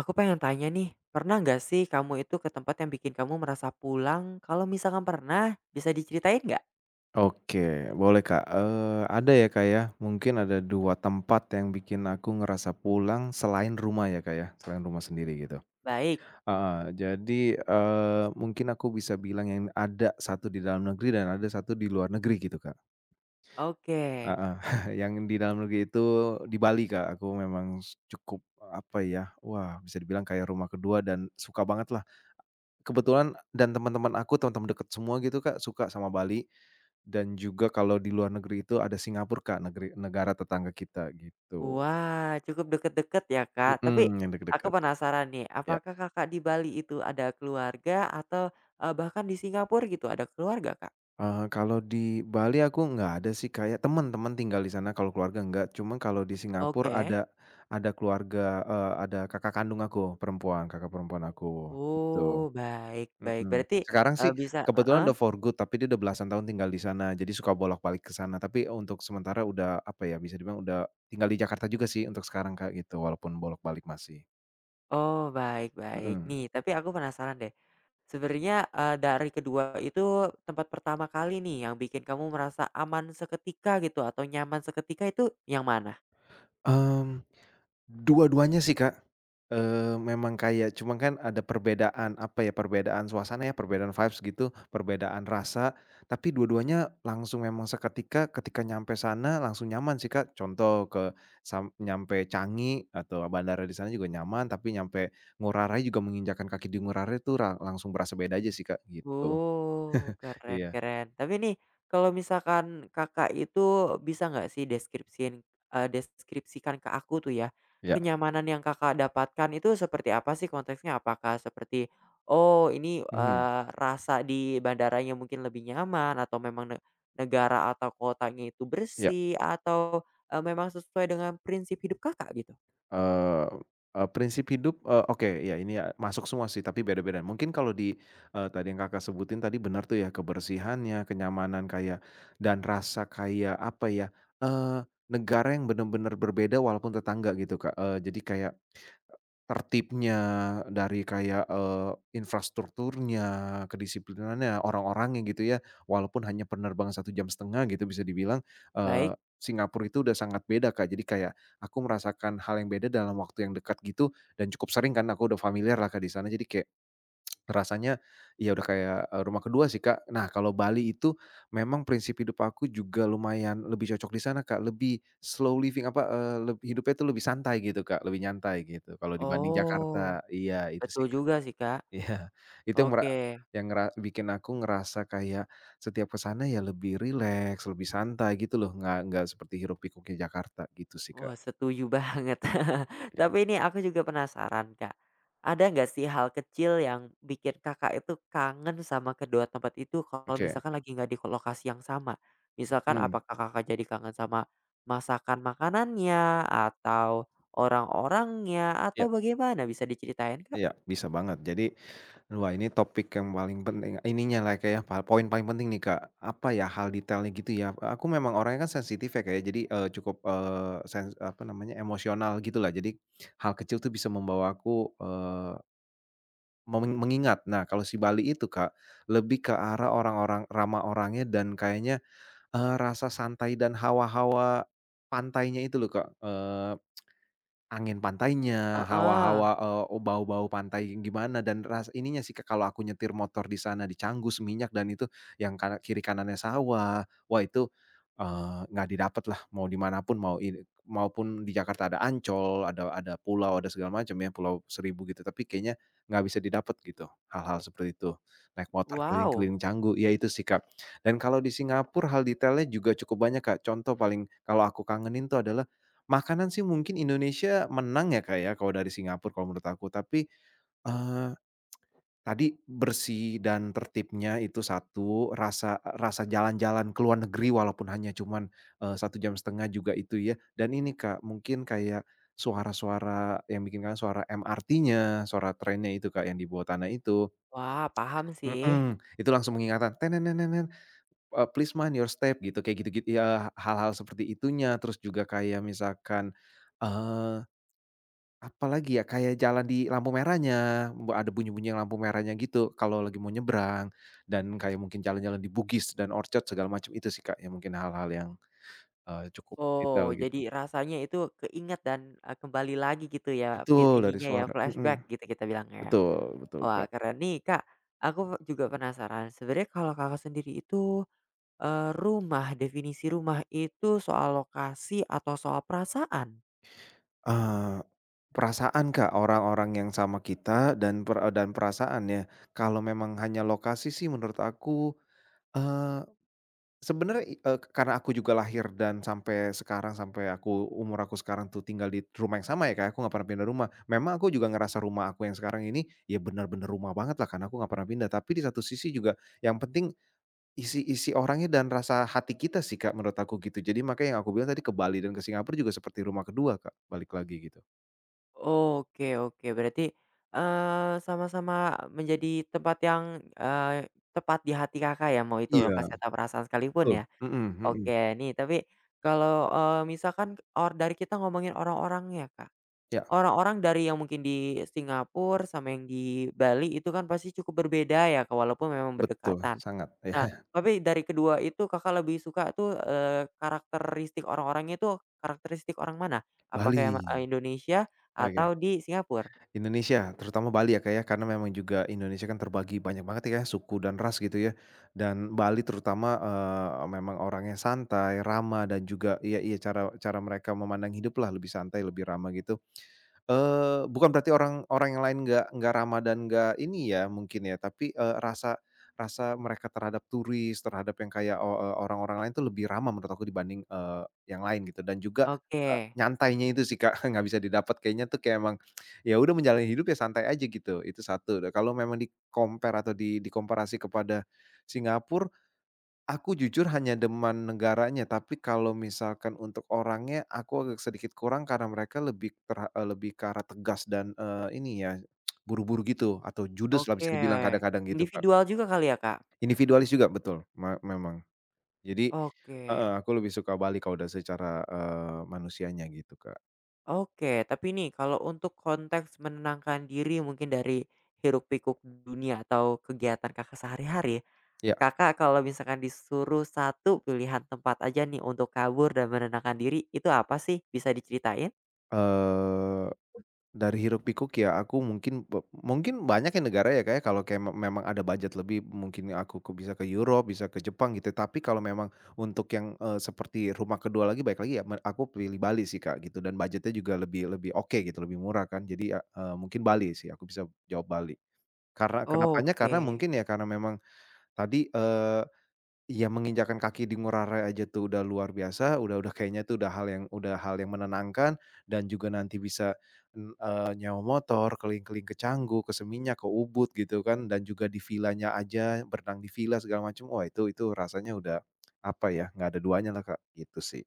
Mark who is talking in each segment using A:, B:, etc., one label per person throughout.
A: Aku pengen tanya nih, pernah nggak sih kamu itu ke tempat yang bikin kamu merasa pulang? Kalau misalkan pernah, bisa diceritain nggak?
B: Oke, boleh Kak, ada ya Kak ya, mungkin ada 2 tempat yang bikin aku ngerasa pulang selain rumah ya Kak ya, selain rumah sendiri gitu.
A: Baik,
B: Heeh, jadi, mungkin aku bisa bilang yang ada satu di dalam negeri dan ada satu di luar negeri gitu Kak.
A: oke.
B: Heeh, yang di dalam negeri itu di Bali Kak, aku memang cukup, apa ya, wah bisa dibilang kayak rumah kedua dan suka banget lah. Kebetulan dan teman-teman aku, teman-teman deket semua gitu Kak, suka sama Bali. Dan juga kalau di luar negeri itu ada Singapura Kak, negara tetangga kita gitu.
A: Wah, cukup deket-deket ya Kak. Tapi
B: Mhm, yang
A: aku
B: deket-deket,
A: penasaran nih,
B: ya.
A: apakah Kakak di Bali itu ada keluarga atau eh, bahkan di Singapura gitu ada keluarga Kak?
B: Kalau di Bali aku nggak ada sih kayak teman-teman tinggal di sana, kalau keluarga nggak. Cuman kalau di Singapura
A: Oke.
B: ada keluarga, ada kakak kandung aku perempuan, kakak perempuan aku, gitu.
A: Oh, baik baik.
B: Mhm.
A: Berarti
B: Sekarang
A: eh,
B: sih
A: bisa,
B: kebetulan
A: heeh.
B: udah for good, tapi dia udah belasan tahun tinggal di sana, jadi suka bolak-balik ke sana. Tapi untuk sementara udah, apa ya, bisa dibilang udah tinggal di Jakarta juga sih untuk sekarang, Kak, gitu, walaupun bolak-balik masih.
A: Oh, baik baik.
B: Mhm.
A: Nih, tapi aku penasaran deh. Sebenarnya, dari kedua itu tempat pertama kali nih yang bikin kamu merasa aman seketika gitu atau nyaman seketika itu yang mana?
B: Mmm, Dua-duanya sih, Kak. Memang kaya, cuma kan ada perbedaan, apa ya, perbedaan suasana ya, perbedaan vibes gitu, perbedaan rasa, tapi dua-duanya langsung memang seketika, ketika nyampe sana langsung nyaman sih, Kak. Contoh ke sam nyampe Changi atau bandara di sana juga nyaman, tapi nyampe Ngurah Rai juga menginjakan kaki di Ngurah Rai tuh langsung berasa beda aja sih, Kak, gitu.
A: Oh, keren
B: Iya,
A: keren. Tapi nih, kalau misalkan Kakak itu bisa nggak sih deskripsiin deskripsikan ke aku tuh ya,
B: iya.
A: kenyamanan yang Kakak dapatkan itu seperti apa sih konteksnya? Apakah seperti, oh ini,
B: Mhm,
A: rasa di bandaranya mungkin lebih nyaman atau memang ne negara atau kotanya itu
B: iya.
A: bersih atau, memang sesuai dengan prinsip hidup Kakak gitu?
B: Eee eee, Prinsip hidup, oke, ya ini ya masuk semua sih, tapi beda-beda. Mungkin tadi yang Kakak sebutin tadi benar tuh ya, kebersihannya, kenyamanan kayak dan rasa kayak apa ya, negara yang benar-benar berbeda walaupun tetangga gitu, Kak. Jadi kayak tertibnya, dari kayak, infrastrukturnya, kedisiplinannya, orang-orangnya gitu ya, walaupun hanya penerbangan 1 jam setengah gitu bisa dibilang,
A: Baik.
B: Singapura itu udah sangat beda Kak, jadi kayak aku merasakan hal yang beda dalam waktu yang dekat gitu, dan cukup sering kan aku udah familiar lah Kak di sana, jadi kayak rasanya, ya udah kayak, rumah kedua sih, Kak. Nah, kalau Bali itu memang prinsip hidup aku juga lumayan lebih cocok di sana, Kak, lebih slow living, apa, eee, leb hidupnya itu lebih santai gitu, Kak, lebih nyantai gitu kalau dibanding
A: Oh,
B: Jakarta. Iya, itu
A: betul
B: sih, Kak.
A: juga sih, Kak.
B: Iya, itu yang mera
A: Oke.
B: yang ngera bikin aku ngerasa kayak setiap ke sana ya lebih rileks, lebih santai gitu loh, nggak seperti hiruk pikuknya Jakarta gitu sih, Kak.
A: Wah, setuju banget.
B: Iya,
A: Tapi ini aku juga penasaran, Kak. Ada nggak sih hal kecil yang bikin Kakak itu kangen sama kedua tempat itu kalau
B: oke.
A: misalkan lagi nggak di lokasi yang sama? Misalkan
B: Hmm.
A: apakah Kakak jadi kangen sama masakan makanannya atau orang-orangnya
B: Iya,
A: atau bagaimana? Bisa diceritain, Kak?
B: iya, bisa banget. Jadi, wah, ini topik yang paling penting ininya lah kayak ya, poin paling penting nih Kak, apa ya, hal detailnya gitu ya, aku memang orangnya kan sensitif ya Kak ya, jadi, cukup, eee, sens apa namanya, emosional gitu lah, jadi hal kecil tuh bisa membawaku, eee, meng mengingat. Nah, kalau si Bali itu Kak, lebih ke arah orang-orang ramah orangnya dan kayaknya, rasa santai dan hawa-hawa pantainya itu loh Kak. Angin pantainya,
A: Heeh.
B: hawa-hawa, bau-bau pantai gimana dan ininya sih, Kak, kalau aku nyetir motor di sana di Canggu, Seminyak dan itu yang kiri kanannya sawah. Wah itu, nggak didapat lah mau di mana pun, mau ini maupun di Jakarta ada Ancol, ada pulau, ada segala macam ya, Pulau Seribu gitu, tapi kayaknya nggak bisa didapat gitu, hal-hal seperti itu. Naik motor
A: Wow.
B: keliling-keliling Canggu, ya itu sih, Kak. Dan kalau di Singapura hal detailnya juga cukup banyak, Kak. Contoh paling kalau aku kangenin tuh adalah makanan sih mungkin Indonesia menang ya, Kak, ya, kalau dari Singapura kalau menurut aku. Tapi, eee, tadi bersih dan tertibnya itu satu, rasa rasa jalan-jalan ke luar negeri walaupun hanya cuman, 1 jam setengah juga itu ya. Dan ini, Kak, mungkin kayak suara-suara yang bikin kangen suara MRT-nya, suara trennya itu, Kak, yang di bawah tanah itu.
A: Wah, paham sih.
B: Mhm, itu langsung mengingatkan, please mind your step gitu, kayak gitu-gitu ya, hal-hal seperti itunya. Terus juga kayak misalkan, eee apalagi ya, kayak jalan di lampu merahnya, ada bunyi-bunyi lampu merahnya gitu kalau lagi mau nyebrang, dan kayak mungkin jalan-jalan di Bugis dan Orchard segala macam itu sih Kak, yang mungkin hal-hal yang, cukup detail
A: Oh,
B: gitu.
A: jadi rasanya itu keinget dan, kembali lagi gitu ya, feel
B: Betul, dari
A: ininya ya,
B: suara,
A: flashback gitu kita bilangnya.
B: betul, betul
A: Wah,
B: Kak.
A: keren nih, Kak. Aku juga penasaran, sebenarnya kalau Kakak sendiri itu, rumah, definisi rumah itu soal lokasi atau soal perasaan?
B: Eee, Perasaan Kak, orang-orang yang sama kita dan perasaan ya, kalau memang hanya lokasi sih menurut aku, sebenarnya karena aku juga lahir dan sampai sekarang, sampai aku umur aku sekarang tuh tinggal di rumah yang sama ya, Kak, aku nggak pernah pindah rumah. Memang aku juga ngerasa rumah aku yang sekarang ini, ya benar-benar rumah banget lah, karena aku nggak pernah pindah. Tapi di satu sisi juga yang penting isi-isi orangnya dan rasa hati kita sih, Kak, menurut aku gitu. Jadi makanya yang aku bilang tadi ke Bali dan ke Singapura juga seperti rumah kedua, Kak, balik lagi gitu.
A: Oke oke, berarti, sama-sama menjadi tempat yang, eee, tepat di hati Kakak ya, mau itu
B: Iya,
A: lokasi atau perasaan sekalipun
B: betul.
A: ya?
B: Mhm, mhm.
A: Oke, nih tapi kalau, misalkan or dari kita ngomongin orang-orangnya, Kak.
B: Ya,
A: Orang-orang dari yang mungkin di Singapura sama yang di Bali itu kan pasti cukup berbeda ya, Kak, walaupun memang
B: betul,
A: berdekatan.
B: sangat.
A: Nah,
B: Iya,
A: tapi dari kedua itu Kakak lebih suka tuh, karakteristik orang-orangnya itu karakteristik orang mana? Apakah yang,
B: Bali.
A: Indonesia
B: Oke.
A: atau di Singapura?
B: Indonesia, terutama Bali ya Kak ya, karena memang juga Indonesia kan terbagi banyak banget ya suku dan ras gitu ya. Dan Bali terutama, memang orangnya santai, ramah dan juga iya, iya, cara cara mereka memandang hidup lah lebih santai, lebih ramah gitu. Bukan berarti orang orang yang lain nggak ramah dan nggak ini ya mungkin ya, tapi, rasa rasa mereka terhadap turis, terhadap yang kayak orang-orang lain tuh lebih ramah menurut aku dibanding, yang lain gitu dan juga,
A: Oke
B: nyantainya itu sih, Kak, nggak bisa didapat kayaknya tuh kayak emang, ya udah menjalani hidup ya santai aja gitu, itu satu. Nah, kalau memang di-compare atau dikomparasi kepada Singapura, aku jujur hanya demen negaranya, tapi kalau misalkan untuk orangnya aku agak sedikit kurang karena mereka lebih lebih ke arah tegas dan, ini ya, buru-buru gitu atau judes lah
A: oke.
B: bisa dibilang kadang-kadang gitu, Kak.
A: Individual juga kali ya, Kak?
B: Individualis juga betul, memang. Jadi
A: Oke
B: heeh, aku lebih suka Bali kalau udah secara, manusianya gitu, Kak.
A: oke. Tapi nih kalau untuk konteks menenangkan diri mungkin dari hiruk pikuk dunia atau kegiatan Kakak sehari-hari,
B: Ya,
A: Kakak kalau misalkan disuruh satu pilihan tempat aja nih untuk kabur dan menenangkan diri, itu apa sih? Bisa diceritain?
B: eee dari hiruk pikuk ya aku mungkin mungkin banyak ya negara ya, kayak kalau kayak memang ada budget lebih mungkin aku bisa ke Europe, bisa ke Jepang gitu. Tapi kalau memang untuk yang, seperti rumah kedua lagi baik lagi ya aku pilih Bali sih, Kak, gitu dan budgetnya juga lebih lebih oke gitu, lebih murah kan. Jadi ya, mungkin Bali sih, aku bisa jawab Bali. Karena kenapanya, karena
A: Oke.
B: mungkin ya karena memang tadi, iya, menginjakan kaki di Ngurah Rai aja tuh udah luar biasa, udah kayaknya tuh udah hal yang menenangkan dan juga nanti bisa, nyewa motor keliling-keliling ke Canggu, ke Seminyak, ke Ubud gitu kan dan juga di vilanya aja, berenang di villa segala macam, wah itu rasanya udah, apa ya, nggak ada duanya lah Kak, gitu sih.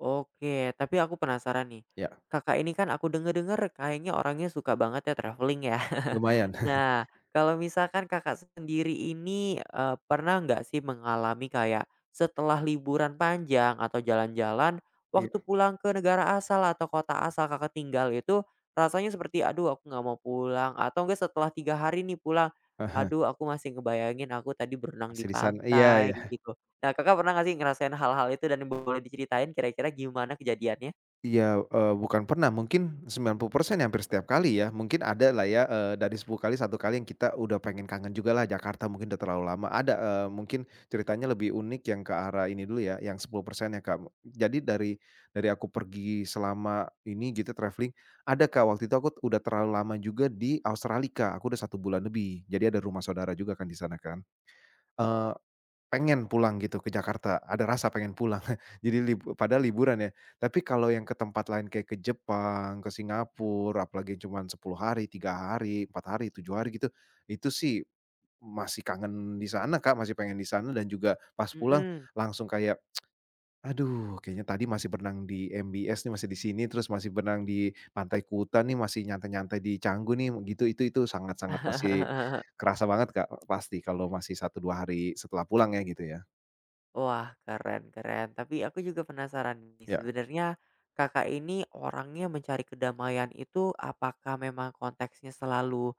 A: Oke, tapi aku penasaran nih.
B: Ya,
A: Kakak ini kan aku dengar kayaknya orangnya suka banget ya traveling ya.
B: lumayan.
A: Nah, kalau misalkan kakak sendiri ini eh, pernah nggak sih mengalami kayak setelah liburan panjang atau jalan-jalan, waktu
B: Iya,
A: pulang ke negara asal atau kota asal kakak tinggal itu rasanya seperti aduh aku nggak mau pulang atau enggak setelah 3 hari nih pulang,
B: heeh,
A: aduh aku masih ngebayangin aku tadi berenang di
B: masih di sana iya,
A: pantai
B: iya.
A: gitu. Nah, Kakak pernah nggak sih ngerasain hal-hal itu dan boleh diceritain kira-kira gimana kejadiannya?
B: Iya, bukan pernah, mungkin 90% ya hampir setiap kali ya. Mungkin ada lah ya, dari 10 kali satu kali yang kita udah pengen kangen juga lah Jakarta mungkin udah terlalu lama. Ada, mungkin ceritanya lebih unik yang ke arah ini dulu ya, yang 10% ya, Kak. Jadi dari aku pergi selama ini gitu traveling ada, Kak, waktu itu aku udah terlalu lama juga di Australia, Kak. Aku udah 1 bulan lebih, jadi ada rumah saudara juga kan di sana kan. Eee Pengen pulang gitu ke Jakarta, ada rasa pengen pulang. Jadi padahal liburan ya. Tapi kalau yang ke tempat lain kayak ke Jepang, ke Singapura, apalagi cuma 10 hari, 3 hari, 4 hari, 7 hari gitu, itu sih masih kangen di sana, Kak, masih pengen di sana dan juga pas pulang
A: Mhm.
B: langsung kayak, "Aduh kayaknya tadi masih berenang di MBS nih, masih di sini, terus masih berenang di Pantai Kuta nih, masih nyantai-nyantai di Canggu nih," gitu. Itu sangat-sangat masih kerasa banget, Kak, pasti kalau masih 1-2 hari setelah pulang ya gitu ya.
A: Wah, keren keren. Tapi aku juga penasaran nih,
B: Ya.
A: sebenarnya Kakak ini orangnya mencari kedamaian itu apakah memang konteksnya selalu,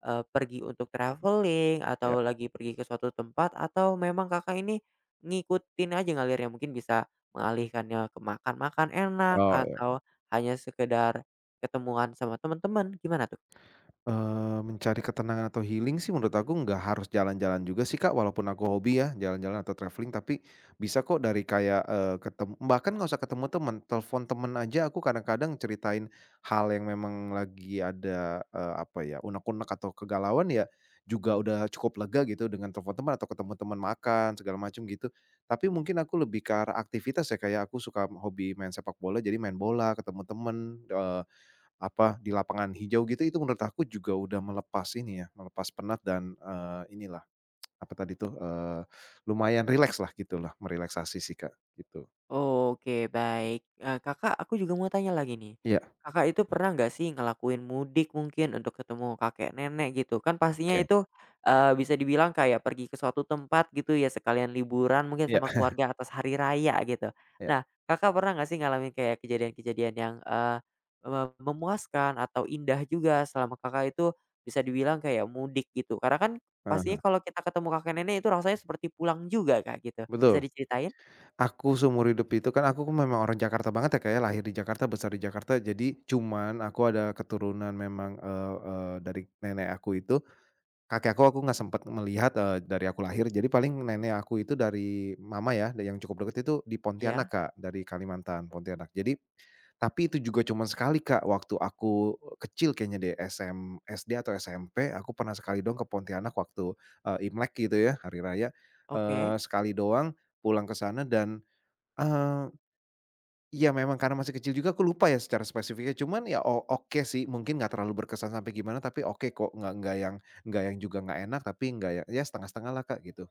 A: pergi untuk traveling
B: Ya,
A: atau lagi pergi ke suatu tempat atau memang Kakak ini ngikutin aja ngalirnya? Mungkin bisa mengalihkannya ke makan-makan enak
B: oh ya,
A: atau hanya sekedar ketemuan sama teman-teman, gimana tuh?
B: mencari ketenangan atau healing sih menurut aku nggak harus jalan-jalan juga sih Kak, walaupun aku hobi ya jalan-jalan atau travelling, tapi bisa kok dari kayak, eee, ketem bahkan nggak usah ketemu temen, telepon temen aja aku kadang-kadang ceritain hal yang memang lagi ada, apa ya, unek-unek atau kegalauan ya, juga udah cukup lega gitu dengan telepon teman atau ketemu teman makan segala macam gitu. Tapi mungkin aku lebih ke arah aktivitas ya, kayak aku suka hobi main sepak bola, jadi main bola, ketemu temen, eee apa, di lapangan hijau gitu, itu menurut aku juga udah melepas ini ya, melepas penat dan, inilah, apa tadi tuh, lumayan rileks lah gitu lah, merelaksasi sih, Kak, gitu.
A: Oke baik, Kakak aku juga mau tanya lagi nih,
B: Iya,
A: Kakak itu pernah nggak sih ngelakuin mudik mungkin untuk ketemu kakek nenek gitu? Kan pastinya
B: oke.
A: itu, bisa dibilang kayak pergi ke suatu tempat gitu ya sekalian liburan mungkin
B: Iya,
A: sama keluarga atas hari raya gitu.
B: iya.
A: Nah Kakak pernah nggak sih ngalamin kayak kejadian-kejadian yang, eee, me memuaskan atau indah juga selama Kakak itu bisa dibilang kayak mudik gitu? Karena kan
B: Heeh.
A: pastinya kalau kita ketemu kakek nenek itu rasanya seperti pulang juga Kak gitu, bisa
B: Betul.
A: diceritain?
B: Aku seumur hidup itu kan aku kan memang orang Jakarta banget ya, kayak lahir di Jakarta, besar di Jakarta, jadi cuman aku ada keturunan memang, eee eee, dari nenek aku itu. Kakek aku nggak sempet melihat, dari aku lahir, jadi paling nenek aku itu dari mama ya, yang cukup deket itu di
A: Iya,
B: Pontianak, Kak, dari Kalimantan, Pontianak. Jadi tapi itu juga cuman sekali, Kak, waktu aku eh, kecil kayaknya deh, SD atau SMP, aku pernah sekali doang ke Pontianak waktu, Imlek gitu ya, hari raya,
A: oke.
B: sekali doang pulang ke sana dan, eee iya memang karena masih kecil juga aku lupa ya secara spesifiknya, cuman ya oke sih, mungkin nggak terlalu berkesan sampai gimana, tapi oke kok, nggak yang juga nggak enak, tapi nggak yang ya setengah-setengah lah Kak, gitu.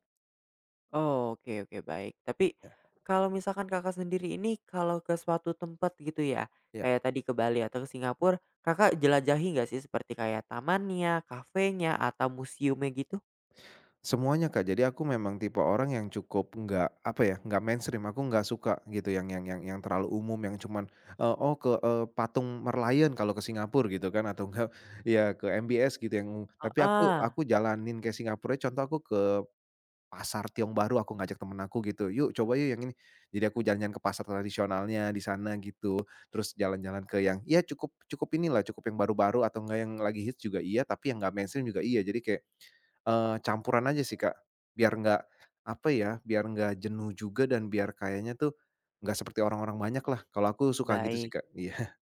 A: Oh, oke oke, baik. Tapi
B: Ya,
A: kalau misalkan Kakak sendiri ini kalau ke suatu tempat gitu ya,
B: ya.
A: kayak tadi ke Bali atau ke Singapura, Kakak jelajahi nggak sih seperti kayak tamannya, kafenya, atau museumnya gitu?
B: Semuanya Kak, jadi aku memang tipe orang yang cukup nggak, apa ya, nggak mainstream, aku nggak suka gitu yang terlalu umum, yang cuman, eee, oh ke, eee, patung Merlion kalau ke Singapura gitu kan, atau enggak ya ke MBS gitu yang tapi aku
A: Ah
B: aku jalanin ke Singapura. Contoh aku ke Pasar Tiong Baru aku ngajak temen aku gitu, "Yuk coba yuk yang ini." Jadi aku jalan-jalan ke pasar tradisionalnya di sana gitu, terus jalan-jalan ke yang ya cukup cukup inilah, cukup yang baru-baru atau enggak yang lagi hits juga iya, tapi yang nggak mainstream juga iya. Jadi kayak, campuran aja sih, Kak. Biar nggak apa ya, biar nggak jenuh juga dan biar kayaknya tuh nggak seperti orang-orang banyak lah. Kalau aku suka gitu sih,
A: baik.
B: Kak. Iya,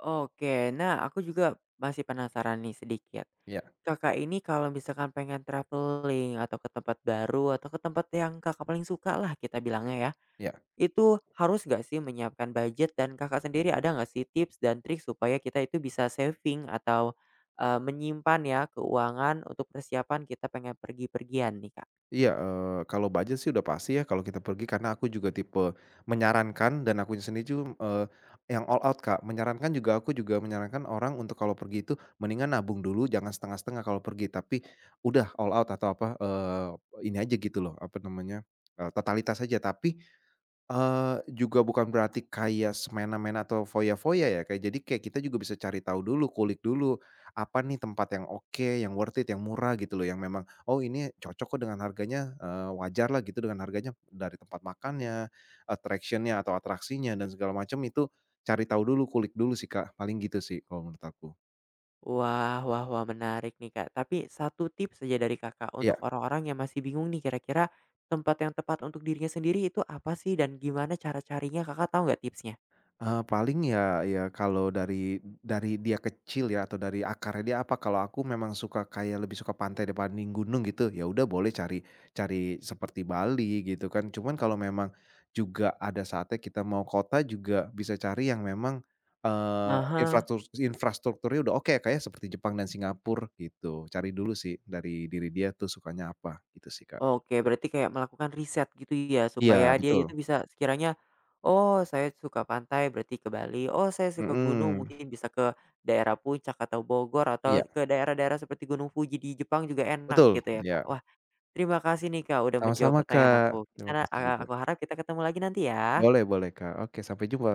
A: Oke, nah aku juga masih penasaran nih sedikit.
B: iya,
A: Kakak ini kalau misalkan pengen traveling atau ke tempat baru atau ke tempat yang Kakak paling suka lah kita bilangnya ya.
B: iya.
A: Itu harus nggak sih menyiapkan budget dan Kakak sendiri ada nggak sih tips dan trik supaya kita itu bisa saving atau, menyimpan ya keuangan untuk persiapan kita pengen pergi-pergian nih, Kak?
B: Iya, kalau budget sih udah pasti ya kalau kita pergi karena aku juga tipe menyarankan dan akunya sendiri yang all out, Kak. Menyarankan juga aku juga menyarankan orang untuk kalau pergi itu mendingan nabung dulu jangan setengah-setengah kalau pergi, tapi udah all out atau apa, ini aja gitu loh, apa namanya, totalitas aja. Tapi, juga bukan berarti kayak semena-mena atau foya-foya ya, Kak, jadi kayak kita juga bisa cari tahu dulu, kulik dulu, apa nih tempat yang oke, yang worth it, yang murah gitu loh, yang memang, "Oh ini cocok kok dengan harganya, wajarlah gitu dengan harganya." Dari tempat makannya, attraction-nya atau atraksinya dan segala macam itu cari tahu dulu, kulik dulu sih, Kak, paling gitu sih kalau menurut aku.
A: Wah wah wah menarik nih, Kak. Tapi satu tips saja dari Kakak
B: Iya.
A: untuk orang-orang yang masih bingung nih kira-kira tempat yang tepat untuk dirinya sendiri itu apa sih dan gimana cara carinya Kakak tahu nggak tipsnya?
B: Paling ya kalau dari dia kecil ya atau dari akarnya dia apa, kalau aku memang suka kayak lebih suka pantai dibanding gunung gitu, ya udah boleh cari cari seperti Bali gitu kan. Cuman kalau memang juga ada saatnya kita mau kota juga bisa cari yang memang, eee,
A: Ah
B: infratur infrastrukturnya udah oke, kayak seperti Jepang dan Singapura gitu. Cari dulu sih dari diri dia tuh sukanya apa, gitu sih, Kak.
A: Oke, berarti kayak melakukan riset gitu ya, supaya
B: Iya
A: dia itu
B: betul,
A: bisa sekiranya, "Oh, saya suka pantai, berarti ke Bali. Oh, saya suka gunung,
B: mhm,
A: mungkin bisa ke daerah puncak atau Bogor, atau
B: iya
A: ke daerah-daerah seperti Gunung Fuji di Jepang juga enak,"
B: betul,
A: gitu ya, Kak.
B: iya,
A: Wah, terima kasih nih, Kak, udah menjawab
B: sama-sama,
A: pertanyaan aku.
B: Kak.
A: Kita
B: Terima kasih juga.
A: aku harap kita ketemu lagi nanti ya.
B: Boleh, boleh Kak, oke sampai jumpa.